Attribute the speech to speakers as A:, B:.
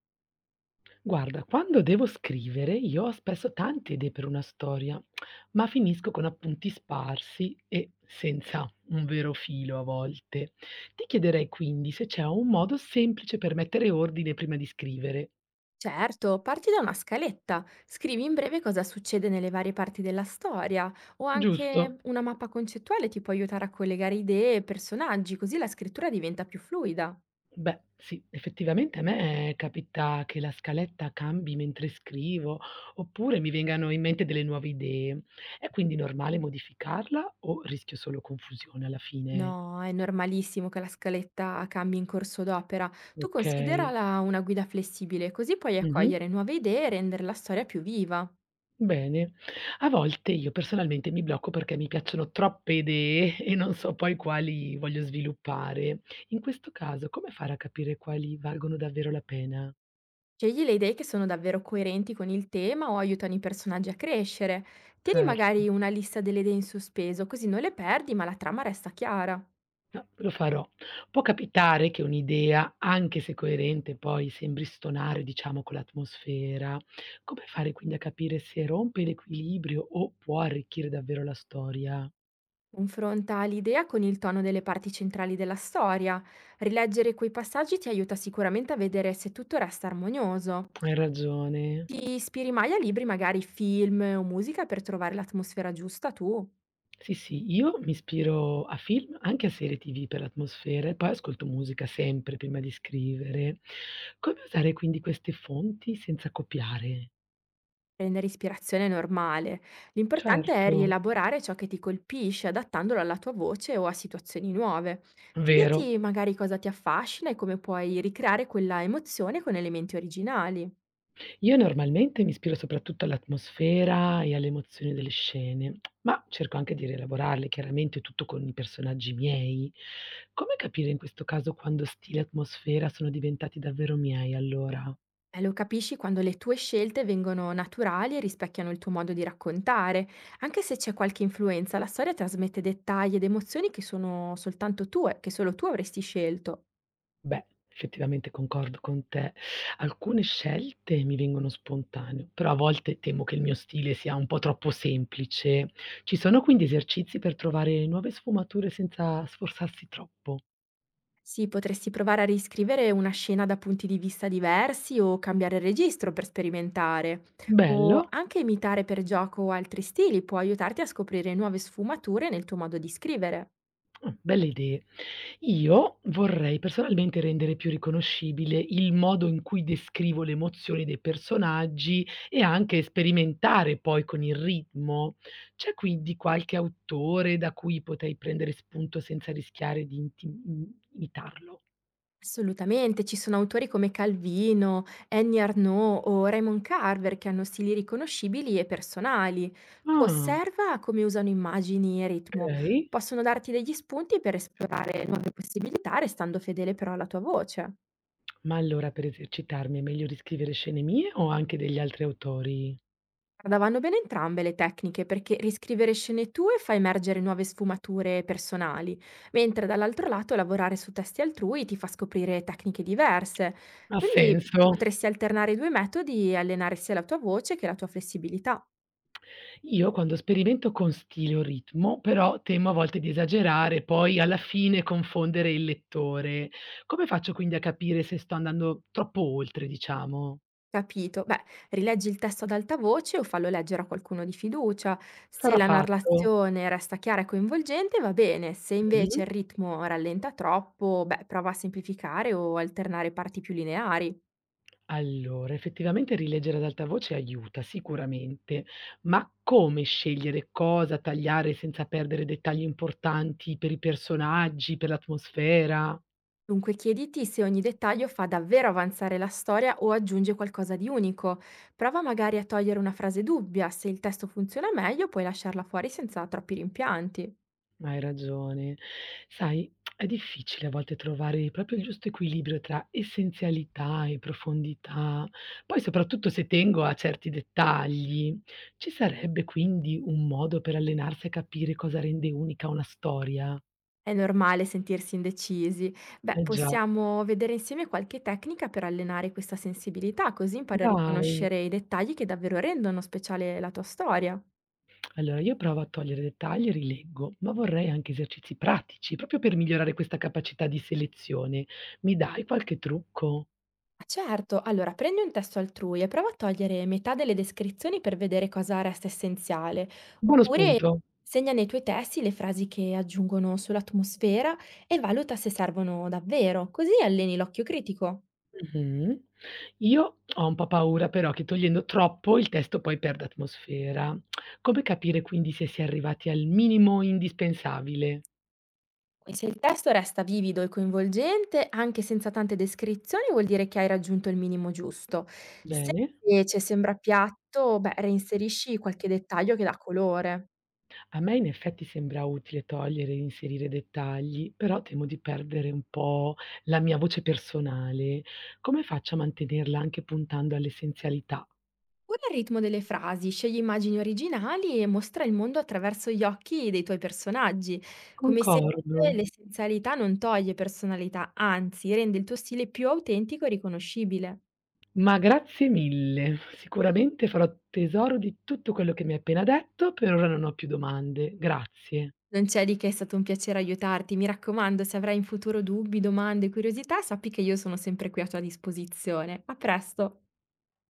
A: Guarda, quando devo scrivere io ho spesso tante idee per una storia, ma finisco con appunti sparsi e senza un vero filo a volte. Ti chiederei quindi se c'è un modo semplice per mettere ordine prima di scrivere,
B: Certo, parti da una scaletta, scrivi in breve cosa succede nelle varie parti della storia o anche
A: giusto?
B: una mappa concettuale ti può aiutare a collegare idee e personaggi, così la scrittura diventa più fluida.
A: Beh, sì, effettivamente a me capita che la scaletta cambi mentre scrivo, oppure mi vengano in mente delle nuove idee. È quindi normale modificarla o rischio solo confusione alla fine?
B: No, è normalissimo che la scaletta cambi in corso d'opera. Tu
A: Ok.
B: considerala una guida flessibile, così puoi
A: Mhm.
B: accogliere nuove idee e rendere la storia più viva.
A: Bene. A volte io personalmente mi blocco perché mi piacciono troppe idee e non so poi quali voglio sviluppare. In questo caso, come fare a capire quali valgono davvero la pena?
B: Scegli le idee che sono davvero coerenti con il tema o aiutano i personaggi a crescere. Tieni magari
A: Certo,
B: una lista delle idee in sospeso, così non le perdi ma la trama resta chiara.
A: no, lo farò. Può capitare che un'idea, anche se coerente, poi sembri stonare, diciamo, con l'atmosfera. Come fare quindi a capire se rompe l'equilibrio o può arricchire davvero la storia?
B: Confronta l'idea con il tono delle parti centrali della storia. Rileggere quei passaggi ti aiuta sicuramente a vedere se tutto resta armonioso.
A: Hai ragione.
B: Ti ispiri mai a libri, magari film o musica per trovare l'atmosfera giusta tu?
A: Sì, sì, io mi ispiro a film, anche a serie TV per l'atmosfera e poi ascolto musica sempre prima di scrivere. Come usare quindi queste fonti senza copiare?
B: Prendere ispirazione è normale. L'importante è
A: Certo,
B: rielaborare ciò che ti colpisce, adattandolo alla tua voce o a situazioni nuove.
A: vero.
B: Chiediti magari cosa ti affascina e come puoi ricreare quella emozione con elementi originali.
A: Io normalmente mi ispiro soprattutto all'atmosfera e alle emozioni delle scene, ma cerco anche di rielaborarle, chiaramente tutto con i personaggi miei. Come capire in questo caso quando stile e atmosfera sono diventati davvero miei allora?
B: E lo capisci quando le tue scelte vengono naturali e rispecchiano il tuo modo di raccontare. Anche se c'è qualche influenza, la storia trasmette dettagli ed emozioni che sono soltanto tue, che solo tu avresti scelto.
A: Beh, effettivamente concordo con te. Alcune scelte mi vengono spontaneo, però a volte temo che il mio stile sia un po' troppo semplice. Ci sono quindi esercizi per trovare nuove sfumature senza sforzarsi troppo?
B: Sì, potresti provare a riscrivere una scena da punti di vista diversi o cambiare registro per sperimentare. O
A: Bello.
B: anche imitare per gioco altri stili può aiutarti a scoprire nuove sfumature nel tuo modo di scrivere.
A: Belle idee. Io vorrei personalmente rendere più riconoscibile il modo in cui descrivo le emozioni dei personaggi e anche sperimentare poi con il ritmo. C'è quindi qualche autore da cui potrei prendere spunto senza rischiare di imitarlo?
B: Assolutamente, ci sono autori come Calvino, Annie Arnaud o Raymond Carver che hanno stili riconoscibili e personali. Tu
A: Ah,
B: osserva come usano immagini e ritmo.
A: okay.
B: Possono darti degli spunti per esplorare nuove possibilità, restando fedele però alla tua voce.
A: Ma allora per esercitarmi è meglio riscrivere scene mie o anche degli altri autori?
B: Guarda, vanno bene entrambe le tecniche perché riscrivere scene tue fa emergere nuove sfumature personali, mentre dall'altro lato lavorare su testi altrui ti fa scoprire tecniche diverse.
A: Ha
B: Quindi
A: senso.
B: potresti alternare i due metodi e allenare sia la tua voce che la tua flessibilità.
A: Io quando sperimento con stile o ritmo, però temo a volte di esagerare e poi alla fine confondere il lettore. Come faccio quindi a capire se sto andando troppo oltre, diciamo?
B: Capito? Beh, rileggi il testo ad alta voce o fallo leggere a qualcuno di fiducia. Se
A: Sarà
B: la
A: fatto?
B: narrazione resta chiara e coinvolgente, va bene. Se invece
A: Mh-mh.
B: il ritmo rallenta troppo, beh, prova a semplificare o alternare parti più lineari.
A: Allora, effettivamente rileggere ad alta voce aiuta sicuramente, ma come scegliere cosa tagliare senza perdere dettagli importanti per i personaggi, per l'atmosfera?
B: Dunque chiediti se ogni dettaglio fa davvero avanzare la storia o aggiunge qualcosa di unico. Prova magari a togliere una frase dubbia, se il testo funziona meglio puoi lasciarla fuori senza troppi rimpianti.
A: Hai ragione. Sai, è difficile a volte trovare proprio il giusto equilibrio tra essenzialità e profondità, poi soprattutto se tengo a certi dettagli. Ci sarebbe quindi un modo per allenarsi a capire cosa rende unica una storia?
B: È normale sentirsi indecisi. Beh,
A: Eh già,
B: possiamo vedere insieme qualche tecnica per allenare questa sensibilità, così impari a
A: dai.
B: riconoscere i dettagli che davvero rendono speciale la tua storia.
A: Allora io provo a togliere dettagli e rileggo, ma vorrei anche esercizi pratici, proprio per migliorare questa capacità di selezione. Mi dai qualche trucco?
B: Ah, certo, allora prendi un testo altrui e prova a togliere metà delle descrizioni per vedere cosa resta essenziale,
A: Buono
B: oppure
A: spunto.
B: segna nei tuoi testi le frasi che aggiungono sull'atmosfera e valuta se servono davvero, così alleni l'occhio critico.
A: Mh-mh. Io ho un po' paura però che togliendo troppo il testo poi perda atmosfera. Come capire quindi se si è arrivati al minimo indispensabile?
B: E se il testo resta vivido e coinvolgente, anche senza tante descrizioni, vuol dire che hai raggiunto il minimo giusto. Se
A: Bene.
B: invece sembra piatto, beh, reinserisci qualche dettaglio che dà colore.
A: A me in effetti sembra utile togliere e inserire dettagli, però temo di perdere un po' la mia voce personale. Come faccio a mantenerla anche puntando all'essenzialità?
B: Cura il ritmo delle frasi, scegli immagini originali e mostra il mondo attraverso gli occhi dei tuoi personaggi. Come
A: Concordo.
B: sempre, l'essenzialità non toglie personalità, anzi rende il tuo stile più autentico e riconoscibile.
A: Ma grazie mille. Sicuramente farò tesoro di tutto quello che mi hai appena detto, per ora non ho più domande. Grazie.
B: Non c'è di che, è stato un piacere aiutarti. Mi raccomando, se avrai in futuro dubbi, domande, curiosità, sappi che io sono sempre qui a tua disposizione. A presto!